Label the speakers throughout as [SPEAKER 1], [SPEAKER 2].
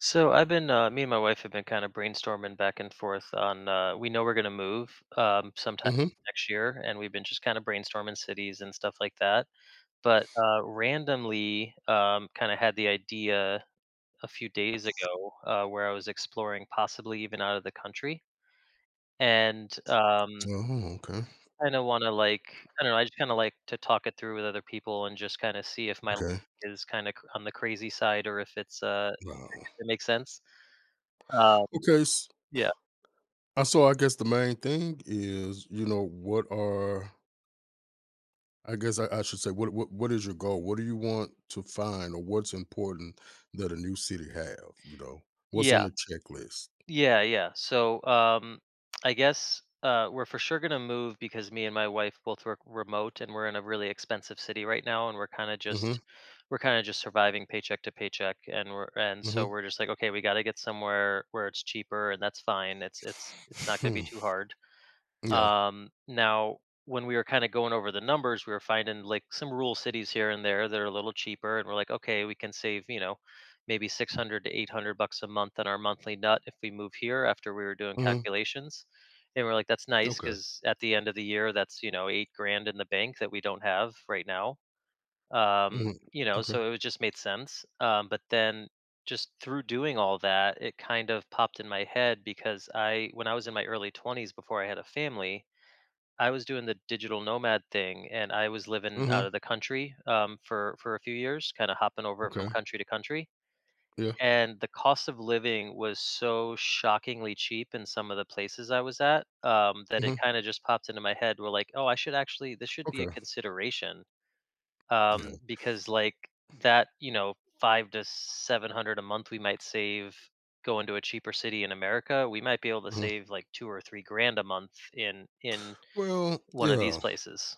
[SPEAKER 1] So me and my wife have been kind of brainstorming back and forth on. We know we're going to move, sometime
[SPEAKER 2] Mhm.
[SPEAKER 1] next year, and we've been just kind of brainstorming cities and stuff like that. But randomly, kind of had the idea a few days ago, where I was exploring possibly even out of the country. And,
[SPEAKER 2] Oh, okay.
[SPEAKER 1] kind of want to, like, I don't know, I just kind of like to talk it through with other people and just kind of see if my life
[SPEAKER 2] Okay.
[SPEAKER 1] is kind of on the crazy side, or if it's
[SPEAKER 2] Wow.
[SPEAKER 1] if it makes sense. Um,
[SPEAKER 2] Okay. s-
[SPEAKER 1] yeah.
[SPEAKER 2] uh, So I guess the main thing is, you know, what are I guess I should say what is your goal? What do you want to find or what's important that a new city have? You know, what's on
[SPEAKER 1] Yeah,
[SPEAKER 2] the checklist?
[SPEAKER 1] yeah, yeah. So, I guess, we're for sure gonna move, because me and my wife both work remote, and we're in a really expensive city right now, and we're kind of
[SPEAKER 2] Mm-hmm.
[SPEAKER 1] just, we're kind of just surviving paycheck to paycheck, and we're and
[SPEAKER 2] Mm-hmm.
[SPEAKER 1] so we're just like, okay, we got to get somewhere where it's cheaper, and that's fine. It's it's it's not gonna be
[SPEAKER 2] Hmm.
[SPEAKER 1] too hard.
[SPEAKER 2] Yeah.
[SPEAKER 1] Now, when we were kind of going over the numbers, we were finding like some rural cities here and there that are a little cheaper, and we're like, okay, we can save, maybe 600 to 800 bucks a month on our monthly nut if we move here after we were doing
[SPEAKER 2] Mm-hmm.
[SPEAKER 1] calculations. And we're like, that's nice,
[SPEAKER 2] Okay.
[SPEAKER 1] because at the end of the year, that's 8 grand in the bank that we don't have right now.
[SPEAKER 2] Mm-hmm. Okay.
[SPEAKER 1] So just made sense. But then just through doing all that, it kind of popped in my head because, when I was in my early 20s before I had a family, I was doing the digital nomad thing, and I was living
[SPEAKER 2] Mm-hmm.
[SPEAKER 1] out of the country, for a few years, kind of hopping over from
[SPEAKER 2] Okay.
[SPEAKER 1] country to country.
[SPEAKER 2] Yeah.
[SPEAKER 1] And the cost of living was so shockingly cheap in some of the places I was at, that it
[SPEAKER 2] Mm-hmm.
[SPEAKER 1] kind of just popped into my head. We're like, oh, I should actually this should be a
[SPEAKER 2] Okay.
[SPEAKER 1] consideration,
[SPEAKER 2] Yeah.
[SPEAKER 1] because, like, that, five to seven hundred a month we might save going to a cheaper city in America. We might be able to
[SPEAKER 2] Mhm.
[SPEAKER 1] save like 2 or 3 grand a month in
[SPEAKER 2] Well,
[SPEAKER 1] one of these
[SPEAKER 2] yeah.
[SPEAKER 1] places.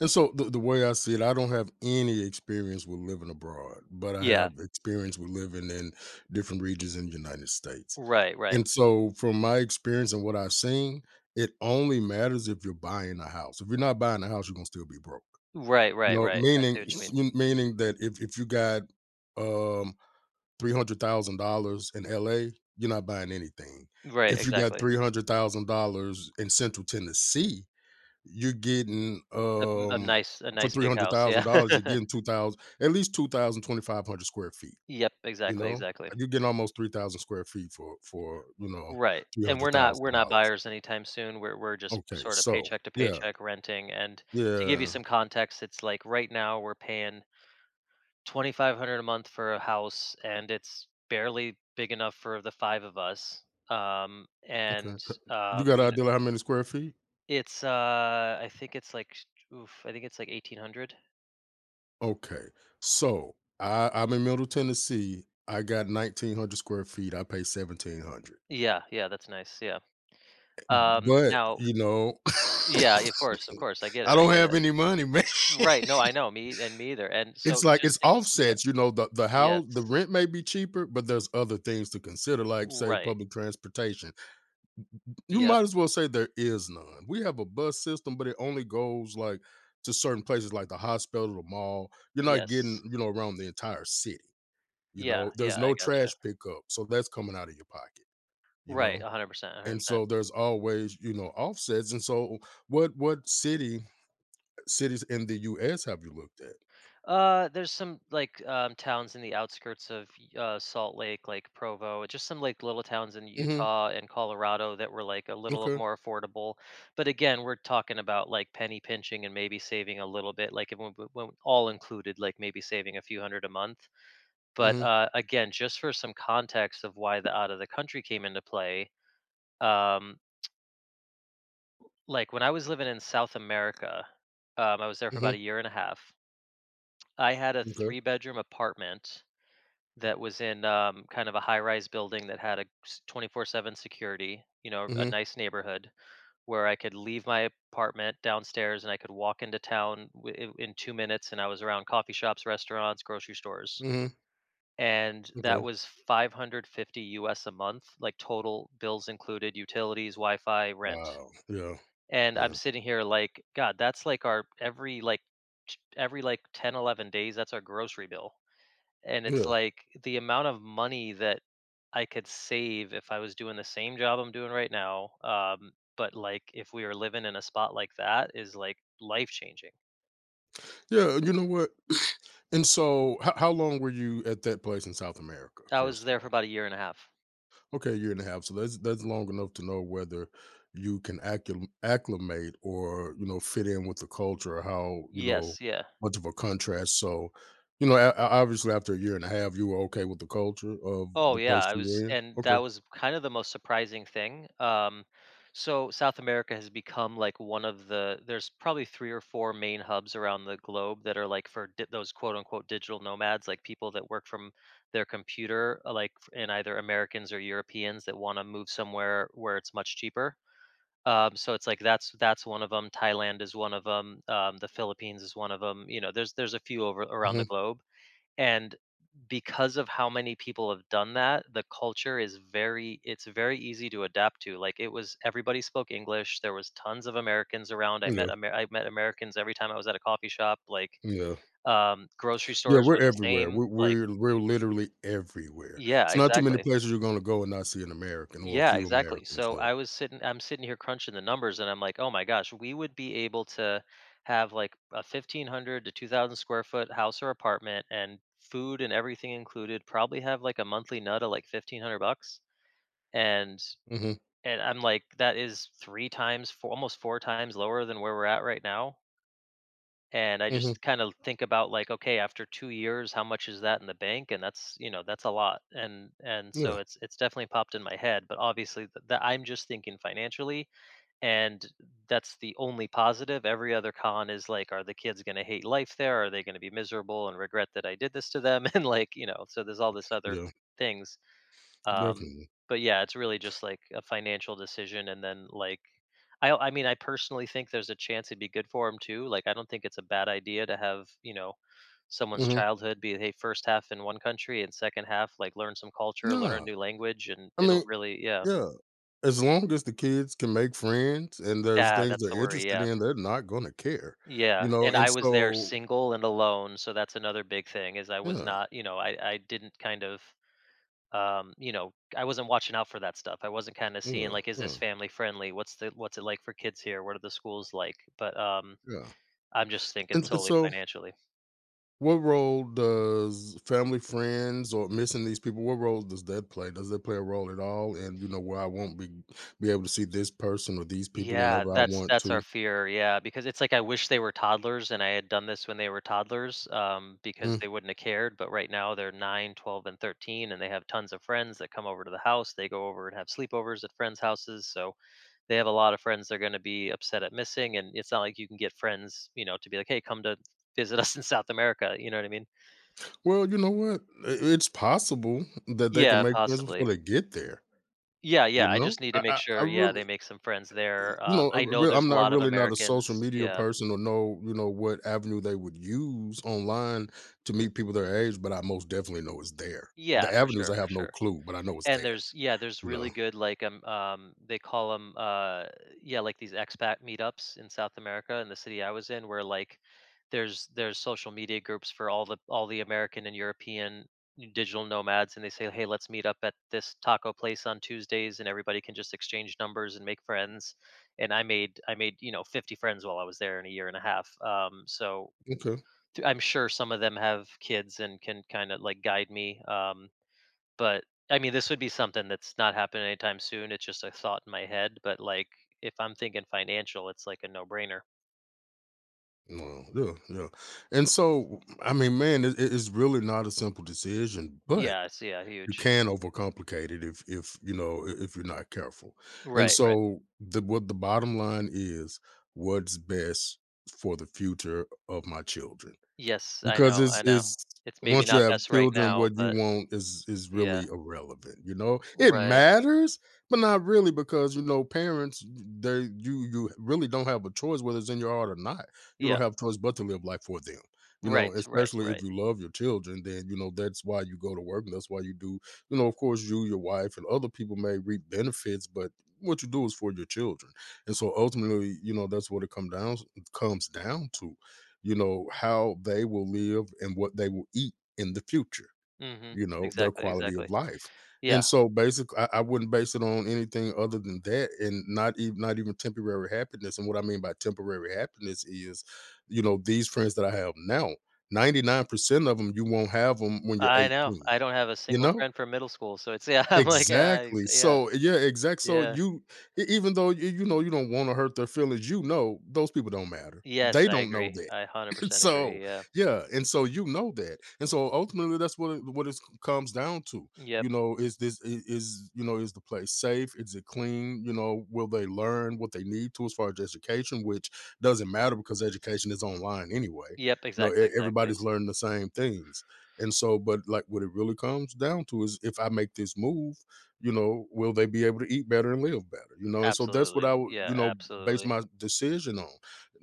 [SPEAKER 2] And so the way I see it, I don't have any experience with living abroad, but I
[SPEAKER 1] Yeah.
[SPEAKER 2] have experience with living in different regions in the United States.
[SPEAKER 1] Right, right.
[SPEAKER 2] And so from my experience and what I've seen, it only matters if you're buying a house. If you're not buying a house, you're gonna still be broke.
[SPEAKER 1] Right,
[SPEAKER 2] You
[SPEAKER 1] right,
[SPEAKER 2] know,
[SPEAKER 1] right. I see
[SPEAKER 2] meaning
[SPEAKER 1] what you
[SPEAKER 2] s-
[SPEAKER 1] mean.
[SPEAKER 2] m- meaning that if you got um $300,000 in LA, you're not buying anything.
[SPEAKER 1] Right,
[SPEAKER 2] If you got
[SPEAKER 1] exactly.
[SPEAKER 2] $300,000 in Central Tennessee, you're getting
[SPEAKER 1] A a nice a
[SPEAKER 2] for
[SPEAKER 1] nice
[SPEAKER 2] three
[SPEAKER 1] big
[SPEAKER 2] hundred
[SPEAKER 1] house,
[SPEAKER 2] thousand
[SPEAKER 1] yeah.
[SPEAKER 2] dollars, you're getting two thousand at least 2,025 hundred square feet.
[SPEAKER 1] Yep,
[SPEAKER 2] You
[SPEAKER 1] exactly,
[SPEAKER 2] know,
[SPEAKER 1] exactly.
[SPEAKER 2] you're getting almost 3,000 square feet for you know
[SPEAKER 1] Right,
[SPEAKER 2] three
[SPEAKER 1] and
[SPEAKER 2] hundred
[SPEAKER 1] we're not we're
[SPEAKER 2] thousand
[SPEAKER 1] not
[SPEAKER 2] dollars.
[SPEAKER 1] buyers anytime soon. We're just
[SPEAKER 2] Okay,
[SPEAKER 1] sort of
[SPEAKER 2] so
[SPEAKER 1] paycheck to
[SPEAKER 2] yeah,
[SPEAKER 1] paycheck renting, and to give you
[SPEAKER 2] yeah,
[SPEAKER 1] some context, it's like right now we're paying 2,500 a month for a house, and it's barely big enough for the 5 of us,
[SPEAKER 2] okay.
[SPEAKER 1] and,
[SPEAKER 2] You
[SPEAKER 1] um,
[SPEAKER 2] got an
[SPEAKER 1] you know,
[SPEAKER 2] idea of how many square feet?
[SPEAKER 1] I think it's like, 1,800.
[SPEAKER 2] Okay, so I'm in Middle Tennessee. I got 1,900 square feet. I pay 1,700,
[SPEAKER 1] Yeah, yeah, that's nice, yeah.
[SPEAKER 2] but
[SPEAKER 1] Now,
[SPEAKER 2] you know,
[SPEAKER 1] yeah, of course, I get
[SPEAKER 2] I
[SPEAKER 1] it, I
[SPEAKER 2] don't
[SPEAKER 1] get
[SPEAKER 2] have
[SPEAKER 1] it.
[SPEAKER 2] any money, man.
[SPEAKER 1] Right, no, I know, me and me either, and
[SPEAKER 2] It's
[SPEAKER 1] so
[SPEAKER 2] like
[SPEAKER 1] just
[SPEAKER 2] it's
[SPEAKER 1] think, yeah.
[SPEAKER 2] offsets, you know, the
[SPEAKER 1] Yes.
[SPEAKER 2] how the rent may be cheaper, but there's other things to consider, like, say,
[SPEAKER 1] Right.
[SPEAKER 2] public transportation. You
[SPEAKER 1] Yep.
[SPEAKER 2] might as well say there is none. We have a bus system, but it only goes, like, to certain places like the hospital, the mall. You're not
[SPEAKER 1] Yes.
[SPEAKER 2] getting, you know, around the entire city, you
[SPEAKER 1] Yeah,
[SPEAKER 2] know? There's
[SPEAKER 1] yeah,
[SPEAKER 2] no
[SPEAKER 1] I
[SPEAKER 2] trash
[SPEAKER 1] gotcha.
[SPEAKER 2] pickup, so that's coming out of your pocket, you
[SPEAKER 1] Right,
[SPEAKER 2] know?
[SPEAKER 1] 100%,
[SPEAKER 2] And
[SPEAKER 1] 100%.
[SPEAKER 2] so there's always, you know, offsets. And so what city cities in the US have you looked at?
[SPEAKER 1] There's some, like, towns in the outskirts of, Salt Lake, like Provo, just some like little towns in
[SPEAKER 2] Mhm,
[SPEAKER 1] Utah and Colorado that were like a little of
[SPEAKER 2] okay.
[SPEAKER 1] more affordable. But again, we're talking about like penny pinching and maybe saving a little bit, like if we, we- when all included, like maybe saving a few hundred a month. But
[SPEAKER 2] Mhm,
[SPEAKER 1] again, just for some context of why the out of the country came into play, um, like when I was living in South America, I was there for about
[SPEAKER 2] mhm,
[SPEAKER 1] a year and a half. I had a
[SPEAKER 2] okay,
[SPEAKER 1] three-bedroom apartment that was in, kind of a high rise building that had 24/7 security, you know, a
[SPEAKER 2] mhm.
[SPEAKER 1] nice neighborhood where I could leave my apartment downstairs, and I could walk into town in 2 minutes, and I was around coffee shops, restaurants, grocery stores.
[SPEAKER 2] Mhm.
[SPEAKER 1] And that
[SPEAKER 2] Okay.
[SPEAKER 1] was 550 US a month, like total bills included, utilities, Wi-Fi, rent.
[SPEAKER 2] Wow. Yeah.
[SPEAKER 1] And
[SPEAKER 2] Yeah.
[SPEAKER 1] I'm sitting here like, god, that's like our every, like, every like 10, 11 days that's our grocery bill, and it's
[SPEAKER 2] Yeah.
[SPEAKER 1] like the amount of money that I could save if I was doing the same job I'm doing right now. But, like, if we were living in a spot like that is like life changing.
[SPEAKER 2] Yeah. You know what? And so, how long were you at that place in South America?
[SPEAKER 1] I was
[SPEAKER 2] First of
[SPEAKER 1] there for
[SPEAKER 2] all,
[SPEAKER 1] about a year and a half.
[SPEAKER 2] okay, a year and a half. So that's long enough to know whether you can acclimate or you know fit in with the culture. Or how you know
[SPEAKER 1] Yes, yeah.
[SPEAKER 2] much of a contrast. So, you know, obviously after a year and a half, you were okay with the culture of
[SPEAKER 1] Oh
[SPEAKER 2] the
[SPEAKER 1] yeah,
[SPEAKER 2] place
[SPEAKER 1] I
[SPEAKER 2] you were
[SPEAKER 1] was,
[SPEAKER 2] in.
[SPEAKER 1] and that
[SPEAKER 2] Okay.
[SPEAKER 1] was kind of the most surprising thing. So South America has become, like, one of the there's probably three or four main hubs around the globe that are like for, those quote unquote digital nomads, like people that work from their computer, and either Americans or Europeans that want to move somewhere where it's much cheaper. So it's like that's one of them. Thailand is one of them. The Philippines is one of them. You know, there's a few over around the
[SPEAKER 2] Hmm.
[SPEAKER 1] globe. And because of how many people have done that, the culture is very it's very easy to adapt to. Like, it was, everybody spoke English, there was tons of Americans around.
[SPEAKER 2] Yeah.
[SPEAKER 1] I met Americans every time I was at a coffee shop. Like,
[SPEAKER 2] Yeah.
[SPEAKER 1] grocery
[SPEAKER 2] Yeah,
[SPEAKER 1] stores
[SPEAKER 2] we're
[SPEAKER 1] were the
[SPEAKER 2] everywhere.
[SPEAKER 1] same.
[SPEAKER 2] We're
[SPEAKER 1] Like,
[SPEAKER 2] we're we're literally everywhere.
[SPEAKER 1] yeah,
[SPEAKER 2] It's not too many
[SPEAKER 1] exactly.
[SPEAKER 2] places you're gonna go and not see an American or a
[SPEAKER 1] Yeah,
[SPEAKER 2] few
[SPEAKER 1] exactly.
[SPEAKER 2] Americans.
[SPEAKER 1] So
[SPEAKER 2] Yeah.
[SPEAKER 1] I'm sitting here crunching the numbers, and I'm like, oh my gosh, we would be able to have, like, a 1,500 to 2,000 square foot house or apartment, and food and everything included, probably have, like, a monthly nut of like 1,500 bucks. And,
[SPEAKER 2] Mhm.
[SPEAKER 1] and I'm like, that is three times, four, almost four times lower than where we're at right now, and I
[SPEAKER 2] Mhm.
[SPEAKER 1] just kind of think about like, okay, after 2 years, how much is that in the bank? And that's you know that's a lot. And
[SPEAKER 2] Yeah.
[SPEAKER 1] so it's definitely popped in my head. But obviously, that I'm just thinking financially, and that's the only positive. Every other con is like, are the kids going to hate life there? Are they going to be miserable and regret that I did this to them? And, like, so there's all this other
[SPEAKER 2] Yeah.
[SPEAKER 1] things. Um,
[SPEAKER 2] Definitely.
[SPEAKER 1] but yeah, it's really just like a financial decision, and then like, I mean, I personally think there's a chance it'd be good for him too. Like, I don't think it's a bad idea to have, someone's
[SPEAKER 2] Mhm.
[SPEAKER 1] childhood be, hey, first half in one country and second half, like, learn some culture, learn a
[SPEAKER 2] Nah.
[SPEAKER 1] new language, and
[SPEAKER 2] I
[SPEAKER 1] it'll
[SPEAKER 2] mean,
[SPEAKER 1] really, yeah.
[SPEAKER 2] yeah. As long as the kids can make friends and there's
[SPEAKER 1] Yeah,
[SPEAKER 2] things
[SPEAKER 1] that's the
[SPEAKER 2] they're
[SPEAKER 1] worry.
[SPEAKER 2] interested
[SPEAKER 1] Yeah.
[SPEAKER 2] in, they're not gonna care, you
[SPEAKER 1] Yeah.
[SPEAKER 2] know.
[SPEAKER 1] And
[SPEAKER 2] And
[SPEAKER 1] I was there
[SPEAKER 2] so,
[SPEAKER 1] single and alone. So that's another big thing is I was
[SPEAKER 2] yeah,
[SPEAKER 1] not, I didn't kind of, I wasn't watching out for that stuff. I wasn't kind of seeing
[SPEAKER 2] yeah,
[SPEAKER 1] like, is this
[SPEAKER 2] yeah,
[SPEAKER 1] family friendly? What's it like for kids here? What are the schools like? But,
[SPEAKER 2] yeah.
[SPEAKER 1] I'm just thinking
[SPEAKER 2] And
[SPEAKER 1] solely
[SPEAKER 2] so,
[SPEAKER 1] financially.
[SPEAKER 2] what role does family, friends, or missing these people, what role does that play? Does that play a role at all? And, you know, where I won't be able to see this person or these people
[SPEAKER 1] Yeah,
[SPEAKER 2] whenever I
[SPEAKER 1] that's
[SPEAKER 2] want
[SPEAKER 1] that's
[SPEAKER 2] to?
[SPEAKER 1] our fear. Yeah, because it's like I wish they were toddlers and I had done this when they were toddlers, because
[SPEAKER 2] Mm,
[SPEAKER 1] they wouldn't have cared. But right now they're nine, 12, and 13, and they have tons of friends that come over to the house. They go over and have sleepovers at friends' houses. So they have a lot of friends they're going to be upset at missing. And it's not like you can get friends, to be like, hey, come to visit us in South America. You know what I mean?
[SPEAKER 2] well, you know what? I it's possible that they
[SPEAKER 1] Yeah,
[SPEAKER 2] can make friends
[SPEAKER 1] possibly.
[SPEAKER 2] before they get there,
[SPEAKER 1] Yeah,
[SPEAKER 2] you
[SPEAKER 1] yeah. I
[SPEAKER 2] know?
[SPEAKER 1] just need to
[SPEAKER 2] I
[SPEAKER 1] make
[SPEAKER 2] I I
[SPEAKER 1] sure, yeah, they
[SPEAKER 2] really
[SPEAKER 1] make some friends there.
[SPEAKER 2] you know,
[SPEAKER 1] I know there's
[SPEAKER 2] I'm
[SPEAKER 1] a
[SPEAKER 2] not
[SPEAKER 1] lot of
[SPEAKER 2] really not a social
[SPEAKER 1] Americans.
[SPEAKER 2] media
[SPEAKER 1] Yeah,
[SPEAKER 2] person or know, you know, what avenue they would use online to meet people their age, but I most definitely know it's there.
[SPEAKER 1] yeah,
[SPEAKER 2] The
[SPEAKER 1] for
[SPEAKER 2] avenues,
[SPEAKER 1] sure,
[SPEAKER 2] I
[SPEAKER 1] for
[SPEAKER 2] have no
[SPEAKER 1] sure.
[SPEAKER 2] clue, but I know it's
[SPEAKER 1] And
[SPEAKER 2] there,
[SPEAKER 1] there's
[SPEAKER 2] you
[SPEAKER 1] really
[SPEAKER 2] know?
[SPEAKER 1] good, like, they call them, yeah, like, these expat meetups in South America in the city I was in, where, like, there's social media groups for all the American and European digital nomads, and they say, hey, let's meet up at this taco place on Tuesdays, and everybody can just exchange numbers and make friends. And I made, 50 friends while I was there in a year and a half. So
[SPEAKER 2] Okay.
[SPEAKER 1] I'm sure some of them have kids and can kind of like guide me, but, I mean, this would be something that's not happening anytime soon, it's just a thought in my head, but, like, if I'm thinking financial, it's like a no-brainer.
[SPEAKER 2] Well, yeah, yeah. And so, I mean, man, it's really not a simple decision,
[SPEAKER 1] Yes,
[SPEAKER 2] but
[SPEAKER 1] yeah, it's yeah,
[SPEAKER 2] you
[SPEAKER 1] huge.
[SPEAKER 2] can overcomplicate it if you know, if you're not careful. And
[SPEAKER 1] Right, right.
[SPEAKER 2] so, the bottom line is, what's best for the future of my children.
[SPEAKER 1] Yes, I
[SPEAKER 2] Because
[SPEAKER 1] know, I know.
[SPEAKER 2] it's
[SPEAKER 1] It's maybe
[SPEAKER 2] once you
[SPEAKER 1] not
[SPEAKER 2] have
[SPEAKER 1] best right
[SPEAKER 2] children,
[SPEAKER 1] now,
[SPEAKER 2] what you
[SPEAKER 1] but
[SPEAKER 2] want is
[SPEAKER 1] yeah.
[SPEAKER 2] really irrelevant, you know? It
[SPEAKER 1] Right.
[SPEAKER 2] matters, but not really because, you know, parents, they you you really don't have a choice whether it's in your heart or not. You
[SPEAKER 1] Yeah.
[SPEAKER 2] don't have a choice but to live life for them. You
[SPEAKER 1] Right,
[SPEAKER 2] know,
[SPEAKER 1] right,
[SPEAKER 2] especially if
[SPEAKER 1] right.
[SPEAKER 2] you love your children, then you know that's why you go to work and that's why you do. You know, of course, you, your wife, and other people may reap benefits, but what you do is for your children, and so ultimately, you know, that's what it comes down to you know, how they will live and what they will eat in the future,
[SPEAKER 1] Mhm.
[SPEAKER 2] you know, their
[SPEAKER 1] Exactly,
[SPEAKER 2] quality
[SPEAKER 1] exactly.
[SPEAKER 2] of life.
[SPEAKER 1] Yeah,
[SPEAKER 2] And so basically I wouldn't base it on anything other than that and not even temporary happiness. And what I mean by temporary happiness is, you know, these friends that I have now, 99% of them you won't have them when you're
[SPEAKER 1] I know.
[SPEAKER 2] 18,
[SPEAKER 1] I don't have a
[SPEAKER 2] you
[SPEAKER 1] single
[SPEAKER 2] know?
[SPEAKER 1] friend from middle school, so it's yeah, I'm like, yeah, ex
[SPEAKER 2] Exactly.
[SPEAKER 1] yeah,
[SPEAKER 2] So yeah, exact. So
[SPEAKER 1] yeah.
[SPEAKER 2] you even though you know you don't want to hurt their feelings, you know those people don't matter.
[SPEAKER 1] Yes,
[SPEAKER 2] They
[SPEAKER 1] I
[SPEAKER 2] don't know
[SPEAKER 1] agree.
[SPEAKER 2] that.
[SPEAKER 1] I 100%
[SPEAKER 2] So
[SPEAKER 1] agree, yeah.
[SPEAKER 2] yeah and so you know that and so ultimately that's what it comes down to
[SPEAKER 1] Yep,
[SPEAKER 2] you know is this I- is you know is the place safe is it clean you know will they learn what they need to as far as education which doesn't matter because education is online anyway
[SPEAKER 1] yep,
[SPEAKER 2] you know
[SPEAKER 1] exactly, exactly.
[SPEAKER 2] everybody's learning the same things and so but like what it really comes down to is if I make this move you know will they be able to eat better and live better you know and so that's what
[SPEAKER 1] Absolutely.
[SPEAKER 2] I would
[SPEAKER 1] Yeah,
[SPEAKER 2] you know base
[SPEAKER 1] absolutely.
[SPEAKER 2] my decision on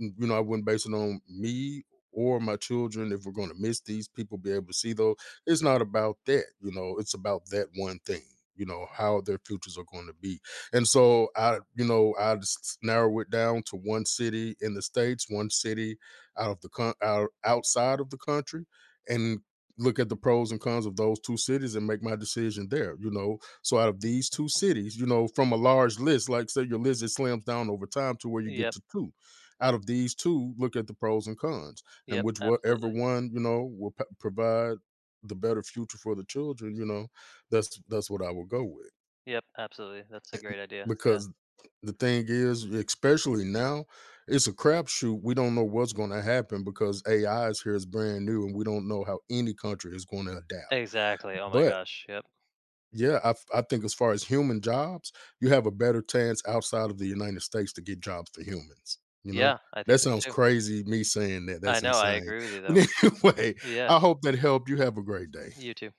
[SPEAKER 2] you know, I wouldn't base it on me or my children, if we're going to miss these people, be able to see those. It's not about that, you know, it's about that one thing, you know, how their futures are going to be. And so I, you know, I just narrow it down to one city in the States, one city outside of the country, and look at the pros and cons of those two cities and make my decision there, you know. So out of these two cities, you know, from a large list, like say your list, it slams down over time to where you get
[SPEAKER 1] Yep,
[SPEAKER 2] to two. Out of these two, look at the pros and cons and
[SPEAKER 1] yep,
[SPEAKER 2] which whatever
[SPEAKER 1] absolutely.
[SPEAKER 2] one you know will provide the better future for the children you know that's what I will go with
[SPEAKER 1] Yep, absolutely. That's a great idea. Yeah.
[SPEAKER 2] because the thing is especially now it's a crapshoot we don't know what's going to happen because ai is here is brand new and we don't know how any country is going to adapt.
[SPEAKER 1] Exactly. Oh my
[SPEAKER 2] But.
[SPEAKER 1] gosh. Yep.
[SPEAKER 2] Yeah, I, I think as far as human jobs, you have a better chance outside of the United States to get jobs for humans. You know,
[SPEAKER 1] Yeah, I think
[SPEAKER 2] that
[SPEAKER 1] so
[SPEAKER 2] sounds
[SPEAKER 1] too.
[SPEAKER 2] crazy. Me saying that,
[SPEAKER 1] I
[SPEAKER 2] that's
[SPEAKER 1] know. I
[SPEAKER 2] insane.
[SPEAKER 1] agree with you
[SPEAKER 2] But
[SPEAKER 1] though.
[SPEAKER 2] anyway,
[SPEAKER 1] Yeah.
[SPEAKER 2] I hope that helped. You have a great day.
[SPEAKER 1] You too.